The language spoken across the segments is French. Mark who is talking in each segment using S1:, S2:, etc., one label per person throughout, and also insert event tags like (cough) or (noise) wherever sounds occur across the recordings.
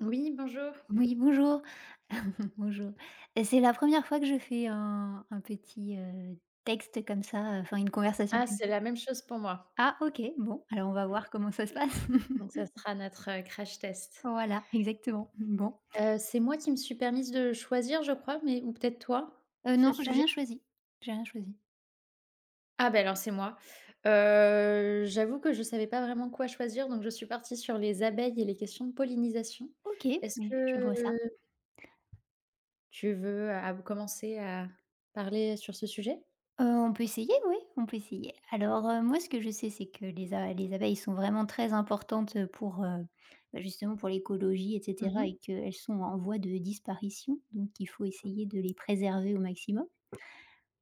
S1: Oui, bonjour.
S2: Oui, bonjour. (laughs) Bonjour. Et c'est la première fois que je fais un petit, texte comme ça, enfin une conversation
S1: Ah,
S2: comme ça.
S1: c'est la même chose pour moi.
S2: Ah, OK, bon, alors on va voir comment ça se passe.
S1: Donc ça
S2: (laughs)
S1: sera notre, crash test.
S2: Voilà, exactement. Bon.
S1: C'est moi qui me suis permise de choisir, je crois, mais ou peut-être toi, ce
S2: Non, j'ai
S1: sujet?
S2: rien choisi, j'ai rien choisi.
S1: Ah ben alors c'est moi. J'avoue que je savais pas vraiment quoi choisir, donc je suis partie sur les abeilles et les questions de pollinisation.
S2: OK,
S1: Est-ce
S2: mais je
S1: que
S2: vois ça.
S1: tu veux, à commencer à parler sur ce sujet?
S2: On peut essayer, oui, on peut essayer. Alors, moi, ce que je sais, c'est que les abeilles sont vraiment très importantes, pour, bah, justement, pour l'écologie et cetera, et
S1: Mmh.
S2: qu'elles sont en voie de disparition, donc il faut essayer de les préserver au maximum.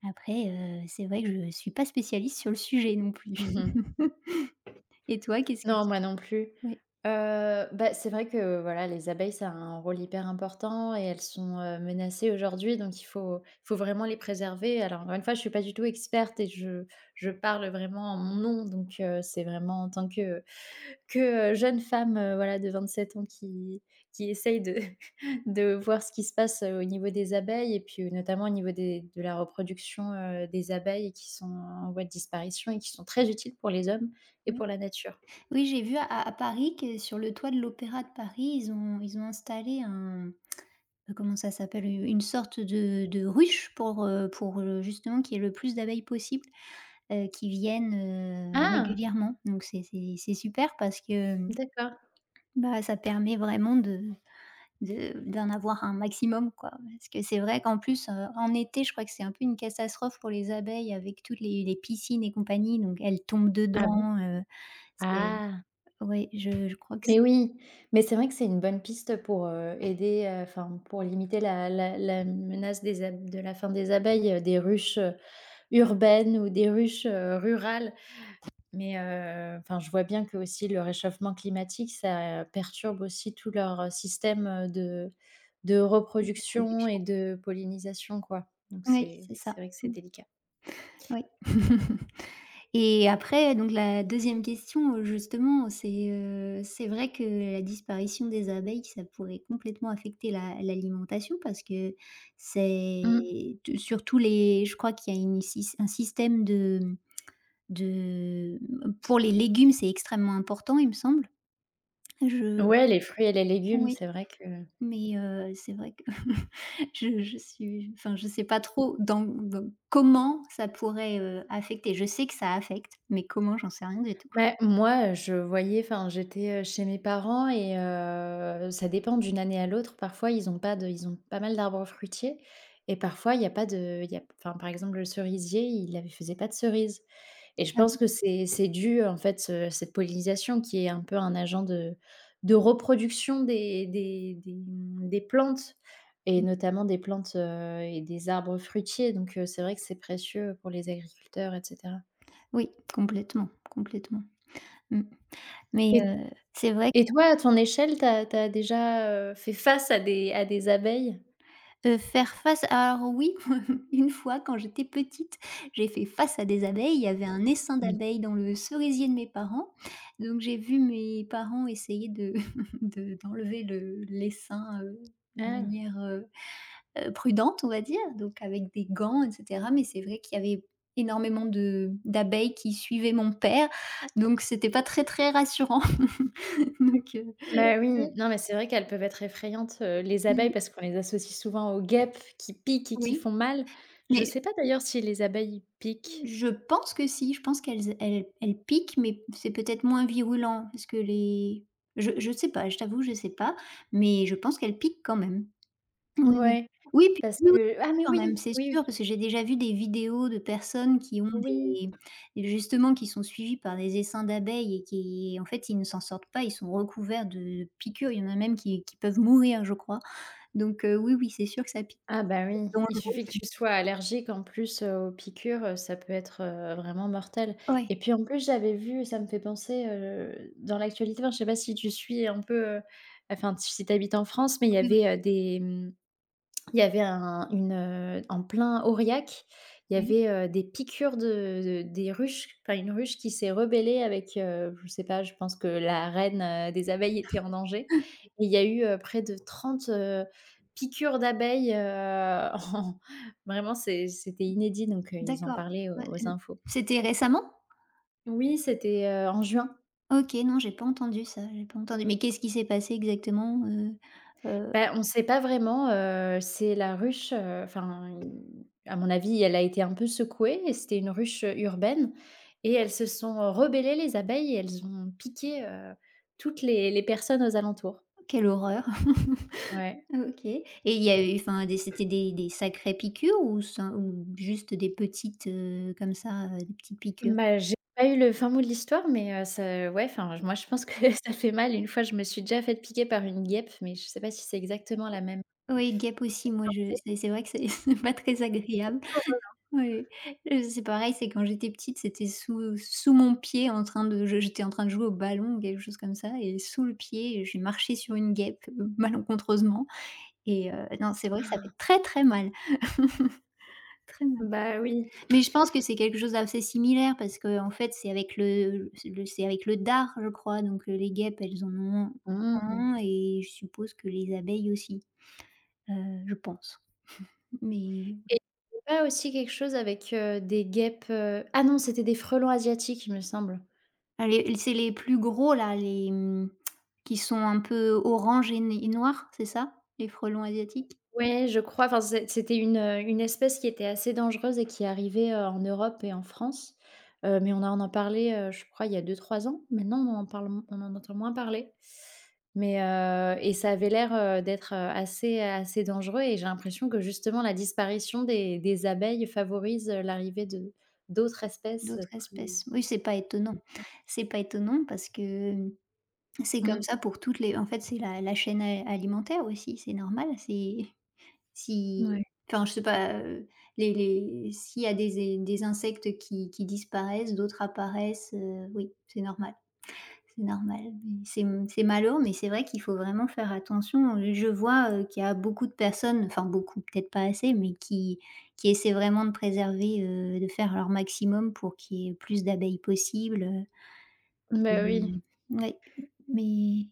S2: Après, c'est vrai que je suis pas spécialiste sur le sujet non plus.
S1: (laughs)
S2: (laughs) Et toi, qu'est-ce que
S1: Non,
S2: tu,
S1: moi non plus.
S2: ouais,
S1: Bah, c'est vrai que, voilà, les abeilles, ça a un rôle hyper important et elles sont, menacées aujourd'hui, donc il faut vraiment les préserver. Alors encore une fois, je suis pas du tout experte et je parle vraiment en mon nom, donc c'est vraiment en tant que que, jeune femme, voilà, de 27 ans qui essaye de (laughs) de voir ce qui se passe, au niveau des abeilles et puis, notamment au niveau des de la reproduction, des abeilles qui sont en voie de disparition et qui sont très utiles pour les hommes et
S2: ouais.
S1: pour la nature.
S2: Oui, j'ai vu à Paris que sur le toit de l'Opéra de Paris, ils ont installé un, comment ça s'appelle? U une sorte de ruche pour, justement, qu'il y ait le plus d'abeilles possible, qui viennent,
S1: Ah!
S2: régulièrement. Donc c'est super parce que,
S1: D'accord.
S2: bah, ça permet vraiment de d'en avoir un maximum, quoi. Parce que c'est vrai qu'en plus, en été, je crois que c'est un peu une catastrophe pour les abeilles avec toutes les piscines et compagnie, donc elles tombent
S1: Ah bon?
S2: dedans, c'est
S1: Ah!
S2: ouais, je crois que c'est
S1: Mais oui, mais c'est vrai que c'est une bonne piste pour, aider, enfin, pour limiter la menace des ab de la fin des abeilles, des ruches, urbaines ou des ruches, rurales. Mais, enfin, je vois bien que aussi le réchauffement climatique, ça perturbe aussi tout leur, système, de
S2: une
S1: reproduction
S2: production.
S1: et de pollinisation, quoi. Donc
S2: Oui,
S1: c'est
S2: c'est ça.
S1: c'est vrai que c'est
S2: Mmh.
S1: délicat.
S2: Oui. (laughs) Et après, donc, la deuxième question, justement, c'est vrai que la disparition des abeilles, ça pourrait complètement affecter la l'alimentation parce que
S1: Mmh.
S2: c'est t surtout les, je crois qu'il y a une sys un système de pour les légumes, c'est extrêmement important, il me semble. Je
S1: Ouais, les fruits et les légumes,
S2: oui.
S1: c'est vrai que
S2: Mais, c'est vrai que (laughs) je suis, enfin, je sais pas trop dans comment ça pourrait, affecter. Je sais que ça affecte, mais comment, j'en sais rien du tout.
S1: bah, moi, je voyais enfin, j'étais, chez mes parents et ça dépend d'une année à l'autre. Parfois, ils ont pas de ils ont pas mal d'arbres fruitiers et parfois, il y a pas de il y a enfin, par exemple, le cerisier, il avait faisait pas de cerises et je
S2: Ah,
S1: pense
S2: oui,
S1: que c'est dû, en fait, ce cette pollinisation qui est un peu un agent de reproduction des plantes et
S2: mmh.
S1: notamment des plantes, et des arbres fruitiers donc c'est vrai que c'est précieux pour les agriculteurs et cetera.
S2: Oui, complètement, complètement. Mmh. Mais,
S1: et
S2: c'est vrai
S1: Et toi, à ton échelle, tu as déjà, fait face à des abeilles?
S2: que, faire face, alors oui, (laughs) une fois quand j'étais petite, j'ai fait face à des abeilles. Il y avait un essaim
S1: Mmh.
S2: d'abeilles dans le cerisier de mes parents, donc j'ai vu mes parents essayer de (laughs) de d'enlever le l'essaim, de
S1: Ah,
S2: manière, prudente, on va dire, donc avec des gants et cetera, mais c'est vrai qu'il y avait énormément de d'abeilles qui suivaient mon père, donc c'était pas très, très rassurant. (laughs) Donc,
S1: bah,
S2: heu,
S1: oui, non, mais c'est vrai qu'elles peuvent être effrayantes, les abeilles,
S2: mmh,
S1: parce qu'on les associe souvent aux guêpes qui piquent et qui
S2: oui,
S1: font mal. Je
S2: mais
S1: sais pas d'ailleurs si les abeilles piquent.
S2: je pense que si, je pense qu'elles piquent, mais c'est peut-être moins virulent parce que les je sais pas, je t'avoue, je sais pas, mais je pense qu'elles piquent quand même. Oui, oui.
S1: Ouais,
S2: Oui, puis
S1: parce
S2: oui, oui,
S1: que ah, mais
S2: bien sûr, même,
S1: oui,
S2: c'est
S1: oui,
S2: sûr, parce que j'ai déjà vu des vidéos de personnes qui ont
S1: oui.
S2: des, justement, qui sont suivies par des essaims d'abeilles et qui, en fait, ils ne s'en sortent pas, ils sont recouverts de piqûres. Il y en a même qui peuvent mourir, je crois. Donc, oui, oui, c'est sûr que ça pique.
S1: Ah bah oui,
S2: Dangereux
S1: il suffit que
S2: aussi.
S1: tu sois allergique en plus, aux piqûres, ça peut être, vraiment mortel.
S2: Ouais.
S1: Et puis en plus j'avais vu, ça me fait penser, dans l'actualité, enfin je sais pas si tu suis un peu, enfin si tu habites en France, mais il y
S2: Oui, oui,
S1: avait, des, mmh, il y avait un une, en plein Aurillac, il y
S2: oui.
S1: avait, des piqûres de des ruches, enfin une ruche qui s'est rebellée avec, je sais pas, je pense que la reine, des abeilles était en danger et il y a eu, près de 30 piqûres d'abeilles, (laughs) en vraiment c'était inédit donc, ils en
S2: D'accord.
S1: parlaient
S2: Ouais,
S1: aux aux infos.
S2: c'était récemment?
S1: Oui, c'était, en juin.
S2: OK, non, j'ai pas entendu ça, j'ai pas entendu. Mais qu'est-ce qui s'est passé exactement? Heu,
S1: Bah, on sait pas vraiment, c'est la ruche, enfin, i à mon avis, elle a été un peu secouée et c'était une ruche, urbaine et elles se sont rebellées les abeilles et elles ont piqué, toutes les personnes aux alentours.
S2: quelle horreur!
S1: Ouais.
S2: (laughs) OK, et il y a eu, enfin, des, c'était des sacrées piqûres, ou ça ou juste des petites, comme ça, des petites piqûres?
S1: Bah, j'ai pas eu le fin mot de l'histoire mais ça ouais, enfin, j moi, je pense que (laughs) ça fait mal. Une fois, je me suis déjà faite piquer par une guêpe mais je sais pas si c'est exactement la même.
S2: Oui, guêpe aussi, moi je, c'est vrai que c'est (laughs) c'est pas très agréable.
S1: Douloureux.
S2: Oui, c'est pareil, c'est quand j'étais petite, c'était sous mon pied, en train de, je j'étais en train de jouer au ballon ou quelque chose comme ça, et sous le pied, j'ai marché sur une guêpe, (laughs) malencontreusement, et non, c'est vrai que ça fait très, très mal. (laughs) Très mal.
S1: Bah oui.
S2: Mais je pense que c'est quelque chose d'assez similaire parce que en fait, c'est avec le dard, je crois, donc, les guêpes, elles en ont
S1: Mmh.
S2: un, et je suppose que les abeilles aussi, je pense. Mais
S1: Et il y avait pas aussi quelque chose avec, des guêpes, ah non, c'était des frelons asiatiques, il me semble.
S2: ah, les c'est les plus gros là, les, qui sont un peu orange et noirs, c'est ça? Les frelons asiatiques?
S1: Ouais, je crois, enfin, c'était une espèce qui était assez dangereuse et qui arrivait, en Europe et en France, mais on en a parlé, je crois il y a 2 3 ans. Maintenant, on en parle on en entend moins parler, mais et ça avait l'air, d'être, assez assez dangereux et j'ai l'impression que justement la disparition des abeilles favorise, l'arrivée de d'autres espèces,
S2: D'autres
S1: plus
S2: espèces? Oui, c'est pas étonnant. C'est pas étonnant parce que, c'est comme
S1: mmh,
S2: ça pour toutes les, en fait, c'est la chaîne a alimentaire aussi, c'est normal, c'est. Si,
S1: mouais.
S2: enfin, je sais pas, les s'il y a des insectes qui disparaissent, d'autres apparaissent, oui, c'est normal, c'est normal. Mais c'est malheureux, mais c'est vrai qu'il faut vraiment faire attention. Je vois, qu'il y a beaucoup de personnes, enfin beaucoup, peut-être pas assez, mais qui essaient vraiment de préserver, de faire leur maximum pour qu'il y ait plus d'abeilles possible,
S1: Bah, oui.
S2: ouais, mais.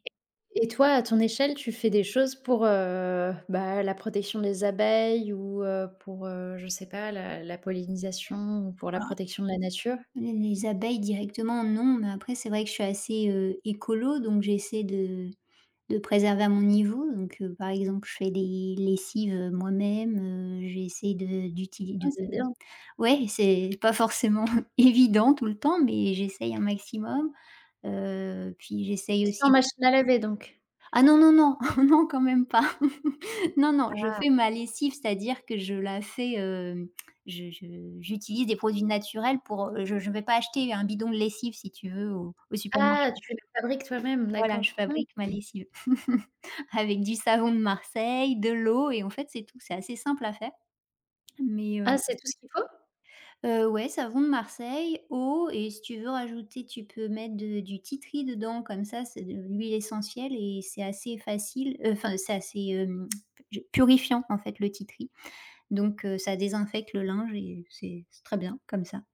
S1: Et toi, à ton échelle, tu fais des choses pour, bah, la protection des abeilles ou, pour, je sais pas, la la pollinisation ou pour la protection de la nature?
S2: Les abeilles directement, non, mais après c'est vrai que je suis assez, écolo, donc j'essaie de préserver à mon niveau. Donc, par exemple, je fais des lessives, moi-même, j'essaie de d'utiliser
S1: Ah, c'est
S2: de
S1: bien.
S2: ouais, c'est pas forcément (laughs) évident tout le temps, mais j'essaye un maximum. Puis j'essaye
S1: Sans
S2: aussi.
S1: machine à laver donc?
S2: Ah, non, non, non, (laughs) non, quand même pas. (laughs) Non, non, je fais ma lessive, c'est-à-dire que je la fais, je j'utilise des produits naturels pour, je ne vais pas acheter un bidon de lessive, si tu veux, au supermarché.
S1: Ah, tu la fabriques toi-même,
S2: Voilà, je
S1: d'accord. Mmh.
S2: fabrique ma lessive (laughs) avec du savon de Marseille, de l'eau et en fait, c'est tout. C'est assez simple à faire, mais
S1: Ah, c'est tout ce qu'il faut?
S2: Ouais, savon de Marseille, eau, et si tu veux rajouter, tu peux mettre de du tea dedans, comme ça, c'est de l'huile essentielle, et c'est assez facile, enfin, c'est assez, je purifiant, en fait, le tea. Donc, ça désinfecte le linge et c'est très bien comme ça,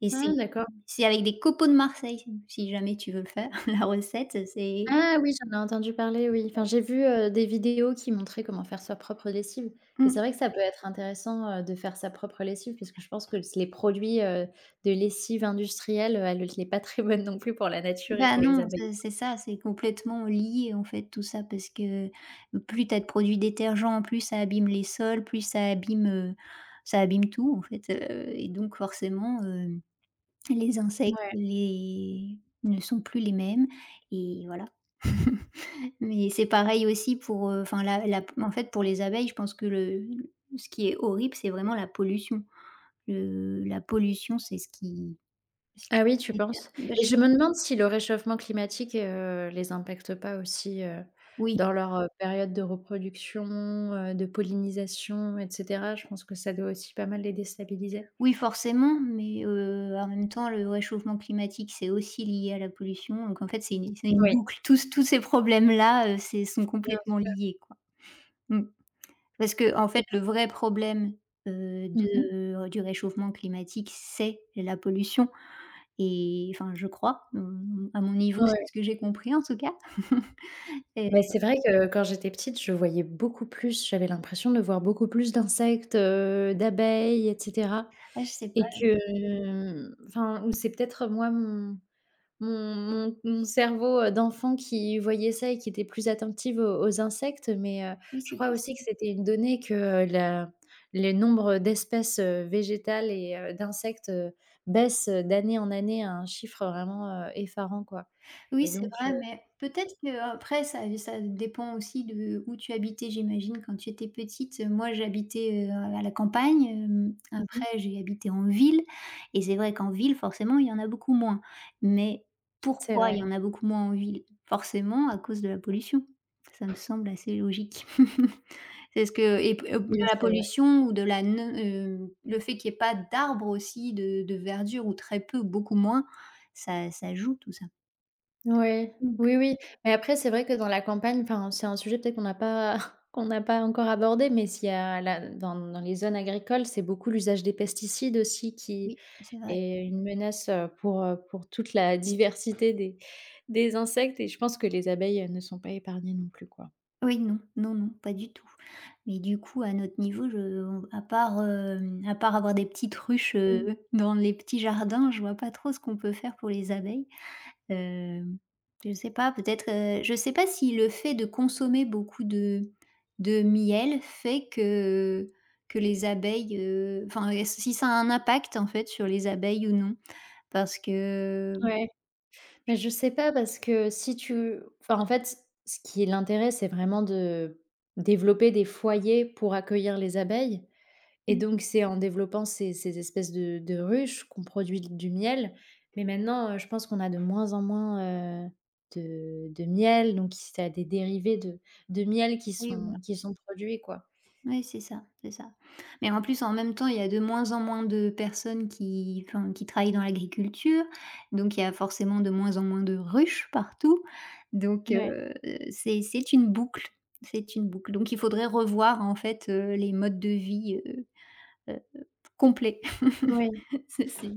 S2: et c'est
S1: Ah, d'accord.
S2: c'est avec des copeaux de Marseille, si jamais tu veux le faire, (laughs) la recette, c'est.
S1: Ah oui, j'en ai entendu parler, oui. Enfin, j'ai vu, des vidéos qui montraient comment faire sa propre lessive et
S2: Mmh.
S1: c'est vrai que ça peut être intéressant, de faire sa propre lessive parce que je pense que les produits, de lessive industrielle, elle l'est pas très bonne non plus pour la nature et
S2: Bah,
S1: pour les
S2: non,
S1: abeilles.
S2: c'est ça, c'est complètement lié, en fait, tout ça, parce que plus t'as de produits détergents, plus ça abîme les sols, plus ça abîme tout, en fait, et donc, forcément, les insectes,
S1: Ouais.
S2: les ne sont plus les mêmes, et voilà. (laughs) Mais c'est pareil aussi pour, enfin la, en fait, pour les abeilles, je pense que le ce qui est horrible, c'est vraiment la pollution. Le la pollution, c'est ce qui
S1: Ah oui, tu penses?
S2: bah, je
S1: Et je me demande si le réchauffement climatique, les impacte pas aussi,
S2: oui.
S1: dans leur, période de reproduction, de pollinisation et cetera. Je pense que ça doit aussi pas mal les déstabiliser.
S2: Oui, forcément, mais, en même temps, le réchauffement climatique, c'est aussi lié à la pollution, donc en fait, c'est une
S1: Oui,
S2: boucle. Tous ces problèmes-là, c'est sont
S1: bien
S2: complètement
S1: sûr.
S2: liés, quoi. Mmh. Parce que, en
S1: Et
S2: fait, le
S1: c
S2: vrai problème,
S1: mmh,
S2: de du réchauffement climatique, c'est la pollution et, enfin, je crois, à mon niveau, c'est
S1: ouais.
S2: ce que j'ai compris, en tout cas. (laughs) Et
S1: Mais c'est vrai que quand j'étais petite, je voyais beaucoup plus, j'avais l'impression de voir beaucoup plus d'insectes, d'abeilles et cetera
S2: ah, je sais
S1: et
S2: pas,
S1: que, enfin, ou c'est peut-être moi mon mon cerveau, d'enfant qui voyait ça et qui était plus attentive aux aux insectes, mais
S2: oui,
S1: je
S2: c'est
S1: crois aussi que
S2: possible.
S1: c'était une donnée que, la les nombres d'espèces, végétales et d'insectes, baissent d'année en année à un chiffre vraiment, effarant, quoi
S2: Oui,
S1: et
S2: c'est
S1: donc
S2: vrai, mais peut-être que, après, ça dépend aussi de où tu habitais, j'imagine, quand tu étais petite. Moi, j'habitais, à la campagne,
S1: mmh
S2: après, j'ai habité en ville et c'est vrai qu'en ville, forcément, il y en a beaucoup moins. Mais
S1: c'est
S2: pourquoi il
S1: vrai.
S2: y en a beaucoup moins en ville? Forcément à cause de la pollution. Ça me semble assez logique. (laughs) C'est ce que et p de
S1: Oui,
S2: la
S1: c'est vrai.
S2: pollution ou de la, non, le fait qu'il y ait pas d'arbres aussi, de verdure ou très peu, beaucoup moins, ça joue, tout ça.
S1: Oui,
S2: Mmh.
S1: oui, oui. Mais après, c'est vrai que dans la campagne, enfin, c'est un sujet peut-être qu'on n'a pas (laughs) qu'on n'a pas encore abordé, mais s'il y a la dans dans les zones agricoles, c'est beaucoup l'usage des pesticides aussi qui
S2: Oui, c'est vrai.
S1: est une menace, pour toute la (laughs) diversité des insectes et je pense que les abeilles, ne sont pas épargnées non plus, quoi.
S2: Oui, non, non, non, pas du tout. Mais du coup, à notre niveau, je on à part, avoir des petites ruches,
S1: Mmh,
S2: (laughs) dans les petits jardins, je vois pas trop ce qu'on peut faire pour les abeilles. Hem, je sais pas, peut-être, je sais pas si le fait de consommer beaucoup de miel fait que les abeilles, enfin, si ça a un impact, en fait, sur les abeilles ou non? Parce que,
S1: ouais. Mais je sais pas parce que si tu enfin, en fait, ce qui est l'intérêt, c'est vraiment de développer des foyers pour accueillir les abeilles. Et
S2: mmh,
S1: donc c'est en développant ces ces espèces de ruches qu'on produit du miel. Mais maintenant, je pense qu'on a de moins en moins, de miel, donc s tu des dérivés de miel
S2: oui, oui.
S1: qui sont produits, quoi.
S2: Oui, c'est ça, c'est ça. Mais en plus, en même temps, il y a de moins en moins de personnes enfin, qui travaillent dans l'agriculture, donc il y a forcément de moins en moins de ruches partout. Donc,
S1: Ouais,
S2: c'est une boucle, c'est une boucle. Donc il faudrait revoir, en fait, les modes de vie, heu, complets. (laughs)
S1: oui,
S2: C'est c'est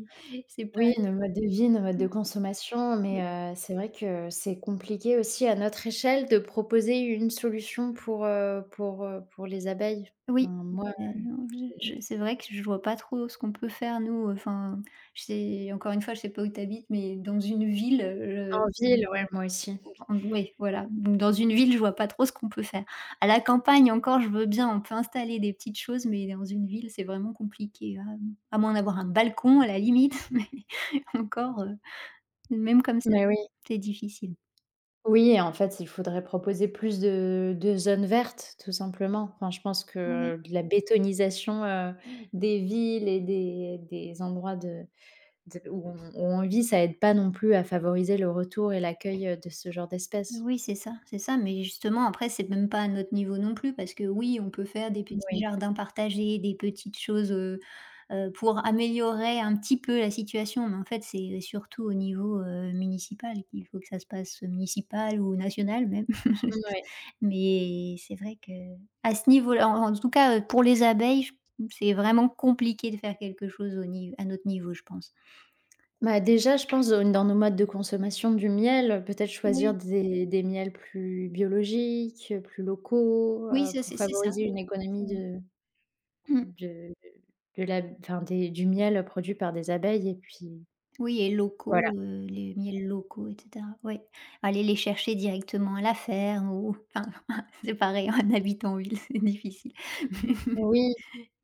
S2: c'est pas,
S1: oui, nos modes de vie, nos modes de consommation, mais c'est vrai que c'est compliqué aussi à notre échelle de proposer une solution pour les abeilles.
S2: oui,
S1: Enfin, moi,
S2: oui, non,
S1: j'ai
S2: je c'est vrai que je vois pas trop ce qu'on peut faire nous, enfin, je sais encore une fois, je sais pas où tu habites, mais dans une ville,
S1: en ville, ouais, moi aussi.
S2: Oui, voilà, donc dans une ville, je vois pas trop ce qu'on peut faire. À la campagne encore, je veux bien, on peut installer des petites choses, mais dans une ville, c'est vraiment compliqué, à moins d'avoir un balcon à la limite, (laughs) mais encore, même comme ça,
S1: Mais oui.
S2: c'est difficile.
S1: Oui et en fait, il faudrait proposer plus de zones vertes, tout simplement. Enfin, je pense
S2: Ouais.
S1: que de la bétonisation, des villes et des endroits de où on où on vit, ça aide pas non plus à favoriser le retour et l'accueil, de ce genre d'espèces.
S2: Oui, c'est ça, mais justement, après, c'est même pas à notre niveau non plus, parce que oui, on peut faire des petits
S1: Oui,
S2: jardins partagés, des petites choses, pour améliorer un petit peu la situation, mais en fait, c'est surtout au niveau, municipal qu'il faut que ça se passe, municipal ou national même.
S1: ouais.
S2: (laughs) Mais c'est vrai que, à ce niveau-là, en tout cas, pour les abeilles, c'est vraiment compliqué de faire quelque chose au niveau, à notre niveau, je pense.
S1: Bah, déjà, je pense, dans nos modes de consommation du miel, peut-être choisir
S2: Oui,
S1: des miels plus biologiques, plus locaux,
S2: oui, ça,
S1: pour
S2: c'est ça.
S1: favoriser
S2: Oui,
S1: une économie
S2: effectivement.
S1: De de la enfin des du miel produit par des abeilles et puis
S2: Oui et locaux,
S1: voilà.
S2: les miels locaux et cetera. Ouais, aller les chercher directement à la ferme ou, enfin, (laughs) c'est pareil, on habite en ville, c'est difficile. (laughs)
S1: Oui,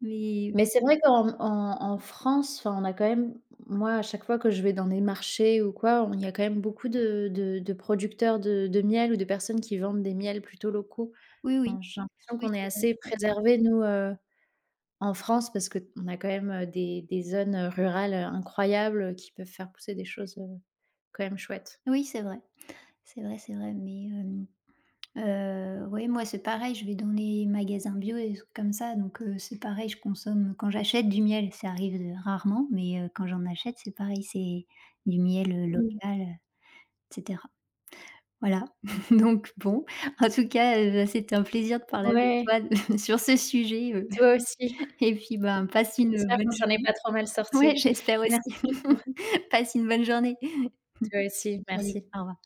S2: Mais
S1: mais c'est vrai qu'en en en France, enfin, on a quand même moi, à chaque fois que je vais dans des marchés ou quoi, on il y a quand même beaucoup de producteurs de miel ou de personnes qui vendent des miels plutôt locaux.
S2: oui,
S1: Enfin,
S2: oui,
S1: j'ai l'impression
S2: oui,
S1: qu'on est
S2: c'est
S1: assez
S2: vrai.
S1: préservés nous, en France parce qu'on a quand même, des zones, rurales, incroyables, qui peuvent faire pousser des choses, quand même chouettes.
S2: Oui, c'est vrai. C'est vrai, c'est vrai, mais ouais, moi, c'est pareil, je vais dans les magasins bio et des trucs comme ça, donc, c'est pareil, je consomme, quand j'achète du miel, ça arrive, rarement, mais, quand j'en achète, c'est pareil, c'est du miel,
S1: Mmh.
S2: local, et cetera. Voilà, (laughs) donc bon, en tout cas, c'était un plaisir de parler avec
S1: Ouais,
S2: toi de (laughs) sur ce sujet,
S1: toi aussi.
S2: (laughs) et puis, ben, passe une
S1: J'espère qu'on
S2: bonne
S1: s'en est
S2: journée.
S1: pas trop mal
S2: Ouais,
S1: sortis.
S2: j'espère aussi.
S1: Merci pour
S2: (laughs) Passe une bonne journée.
S1: toi aussi,
S2: Allez,
S1: merci.
S2: au revoir.